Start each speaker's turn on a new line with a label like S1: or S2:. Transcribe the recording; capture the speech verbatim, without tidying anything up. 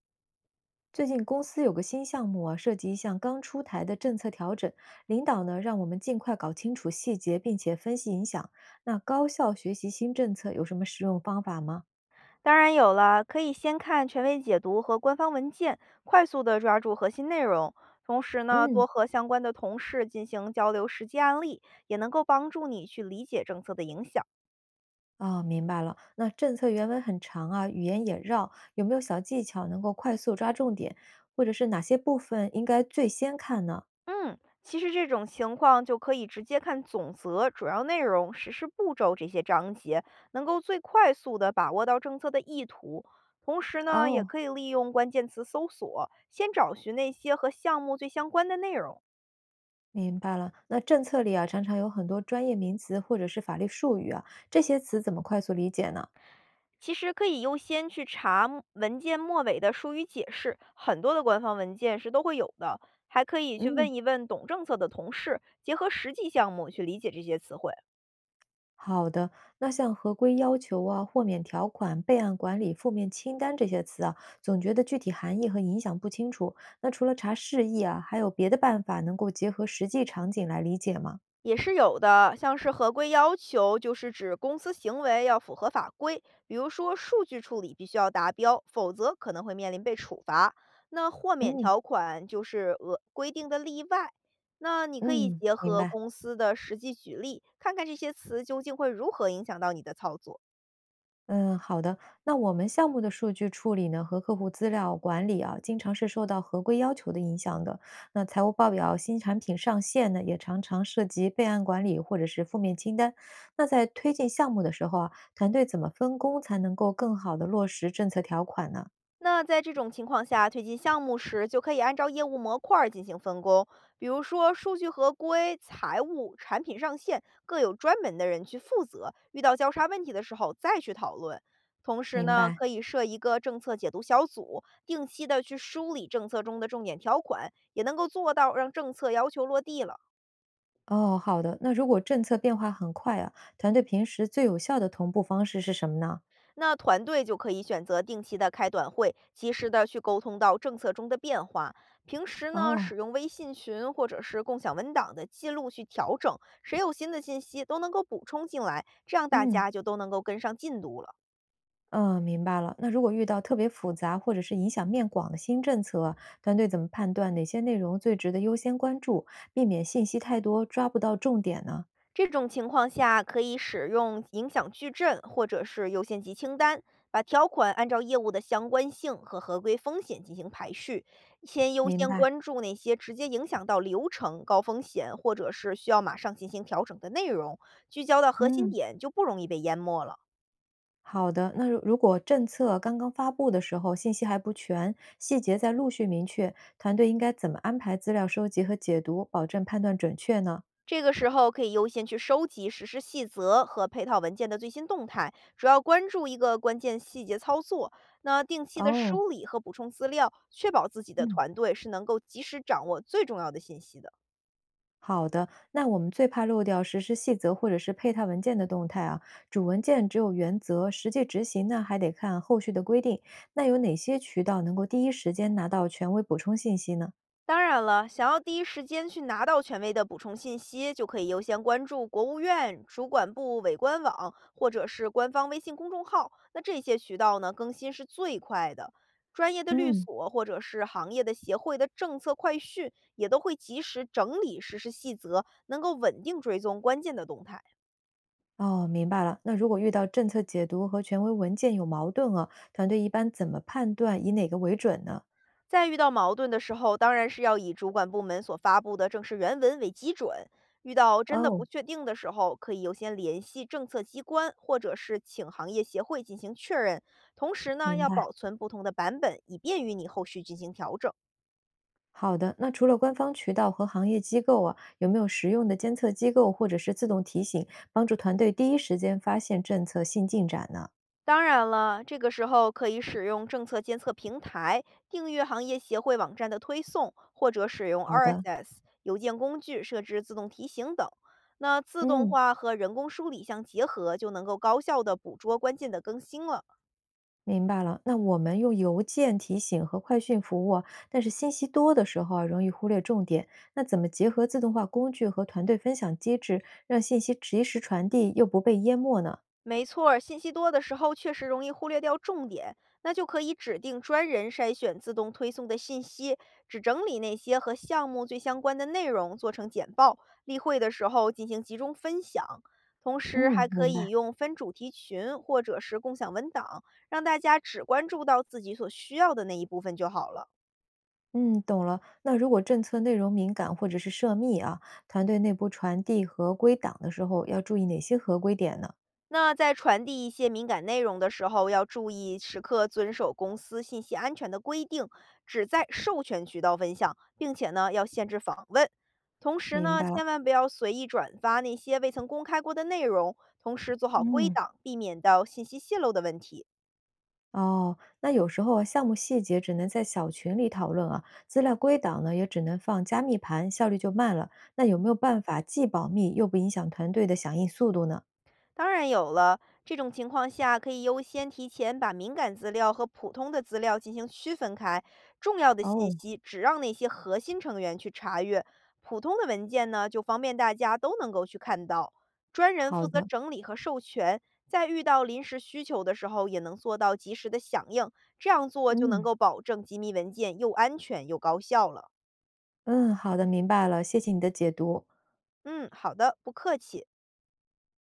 S1: 最近公司有个新项目啊，涉及一项刚出台的政策调整，领导呢让我们尽快搞清楚细节，并且分析影响。那高效学习新政策有什么实用方法吗？
S2: 当然有了，可以先看权威解读和官方文件，快速的抓住核心内容。同时呢，
S1: 嗯，
S2: 多和相关的同事进行交流实际案例，也能够帮助你去理解政策的影响。
S1: 哦，明白了。那政策原文很长啊，语言也绕，有没有小技巧能够快速抓重点，或者是哪些部分应该最先看呢？
S2: 嗯，其实这种情况就可以直接看总则、主要内容、实施步骤这些章节，能够最快速的把握到政策的意图。同时呢，也
S1: 哦，
S2: 可以利用关键词搜索，先找寻那些和项目最相关的内容。
S1: 明白了。那政策里啊，常常有很多专业名词或者是法律术语啊，这些词怎么快速理解呢？
S2: 其实可以优先去查末文件末尾的术语解释，很多的官方文件是都会有的。还可以去
S1: 嗯
S2: 问一问懂政策的同事，结合实际项目去理解这些词汇。
S1: 好的，那像合规要求啊、豁免条款、备案管理、负面清单这些词啊，总觉得具体含义和影响不清楚。那除了查释义啊，还有别的办法能够结合实际场景来理解吗？
S2: 也是有的，像是合规要求，就是指公司行为要符合法规，比如说数据处理必须要达标，否则可能会面临被处罚。那豁免
S1: 嗯，
S2: 条款就是额规定的例外。那你可以
S1: 嗯，
S2: 结
S1: 明
S2: 合
S1: 白。
S2: 公司的实际举例，看看这些词究竟会如何影响到你的操作。
S1: 嗯，好的。那我们项目的数据处理呢和客户资料管理啊，经常是受到合规要求的影响的。那财务报表、新产品上线呢，也常常涉及备案管理或者是负面清单。那在推进项目的时候啊，团队怎么分工才能够更好的落实政策条款呢？
S2: 那在这种情况下，推进项目时就可以按照业务模块儿进行分工，比如说数据合规、财务、产品上线各有专门的人去负责，遇到交叉问题的时候再去讨论。同时
S1: 明
S2: 呢，
S1: 白。
S2: 可以设一个政策解读小组，定期的去梳理政策中的重点条款，也能够做到让政策要求落地了。
S1: 哦，好的。那如果政策变化很快啊，团队平时最有效的同步方式是什么呢？
S2: 那团队就可以选择定期的开短会，及时的去沟通到政策中的变化。平时呢，
S1: 哦，
S2: 使用微信群或者是共享文档的记录去调整，谁有新的信息都能够补充进来，这样大
S1: 嗯。
S2: 家就都能够跟上进度了。
S1: 嗯，明白了。那如果遇到特别复杂或者是影响面广的新政策啊团队怎么判断哪些内容最值得优先关注，避免信息太多抓不到重点呢？
S2: 这种情况下，可以使用影响矩阵或者是优先级清单，把条款按照业务的相关性和合规风险进行排序，先优
S1: 明
S2: 先
S1: 白。
S2: 关注那些直接影响到流程、高风险或者是需要马上进行调整的内容，聚焦到核心
S1: 嗯，
S2: 点，就不容易被淹没了。
S1: 好的。那如如果政策刚刚发布的时候信息还不全，细节在陆续明确，团队应该怎么安排资料收集和解读，保证判断准确呢？
S2: 这个时候可以优先去收集实施细则和配套文件的最新动态，主要关注一个关键细节操作。那定期的
S1: 哦，
S2: 梳理和补充资料，确保自己的
S1: 嗯。
S2: 团队是能够及时掌握最重要的信息的。
S1: 好的，那我们最怕漏掉实施细则或者是配套文件的动态啊。主文件只有原则，实际执行呢还得看后续的规定。那有哪些渠道能够第一时间拿到权威补充信息呢？
S2: 当然了，想要第一时间去拿到权威的补充信息，就可以优先关注国务院、主管部委官网或者是官方微信公众号。那这些渠道呢，更新是最快的。专业的律
S1: 嗯，
S2: 所或者是行业的协会的政策快讯，也都会及时整理实施细则，能够稳定追踪关键的动态。
S1: 哦，明白了。那如果遇到政策解读和权威文件有矛盾啊，团队一般怎么判断，以哪个为准呢？
S2: 在遇到矛盾的时候，当然是要以主管部门所发布的正式原文为基准。遇到真的不
S1: 哦，
S2: 确定的时候，可以优先联系政策机关或者是请行业协会进行确认。同时呢，
S1: 明
S2: 要
S1: 白。
S2: 保存不同的版本，以便于你后续进行调整。
S1: 好的，那除了官方渠道和行业机构啊，有没有实用的监测机构或者是自动提醒，帮助团队第一时间发现政策新进展呢？
S2: 当然了，这个时候可以使用政策监测平台，订阅行业协会网站的推送，或者使用
S1: 好的，
S2: R S S 邮件工具设置自动提醒等。那自动
S1: 嗯，
S2: 化和人工梳理相结合，就能够高效的捕捉关键的更新了。
S1: 明白了。那我们用邮件提醒和快讯服务啊但是信息多的时候啊，容易忽略重点。那怎么结合自动化工具和团队分享机制，让信息及时传递又不被淹没呢？
S2: 没错儿信息多的时候确实容易忽略掉重点，那就可以指定专人筛选自动推送的信息，只整理那些和项目最相关的内容，做成简报。例会的时候进行集中分享，同时还
S1: 嗯，
S2: 可
S1: 明
S2: 以
S1: 白。
S2: 用分主题群或者是共享文档，让大家只关注到自己所需要的那一部分就好了。
S1: 嗯，懂了。那如果政策内容敏感或者是涉密啊，团队内部传递合规档的时候要注意哪些合规点呢？
S2: 那在传递一些敏感内容的时候，要注意时刻遵守公司信息安全的规定，只在授权渠道分享，并且呢要限制访问。同时
S1: 明
S2: 呢，
S1: 白了。
S2: 千万不要随意转发那些未曾公开过的内容，同时做好归
S1: 嗯，
S2: 档，避免到信息泄露的问题。
S1: 哦，那有时候啊项目细节只能在小群里讨论啊，资料归档呢也只能放加密盘，效率就慢了。那有没有办法既保密又不影响团队的响应速度呢？
S2: 当然有了，这种情况下可以优先提前把敏感资料和普通的资料进行区分开，重要的信
S1: 哦，
S2: 息只让那些核心成员去查阅，普通的文件呢就方便大家都能够去看到。专人负
S1: 好
S2: 责
S1: 的，
S2: 整理和授权，在遇到临时需求的时候也能做到及时的响应，这样做就能
S1: 嗯
S2: 够保证机密文件又安全又高效了。
S1: 嗯，好的，明白了，谢谢你的解读。
S2: 嗯，好的，不客气。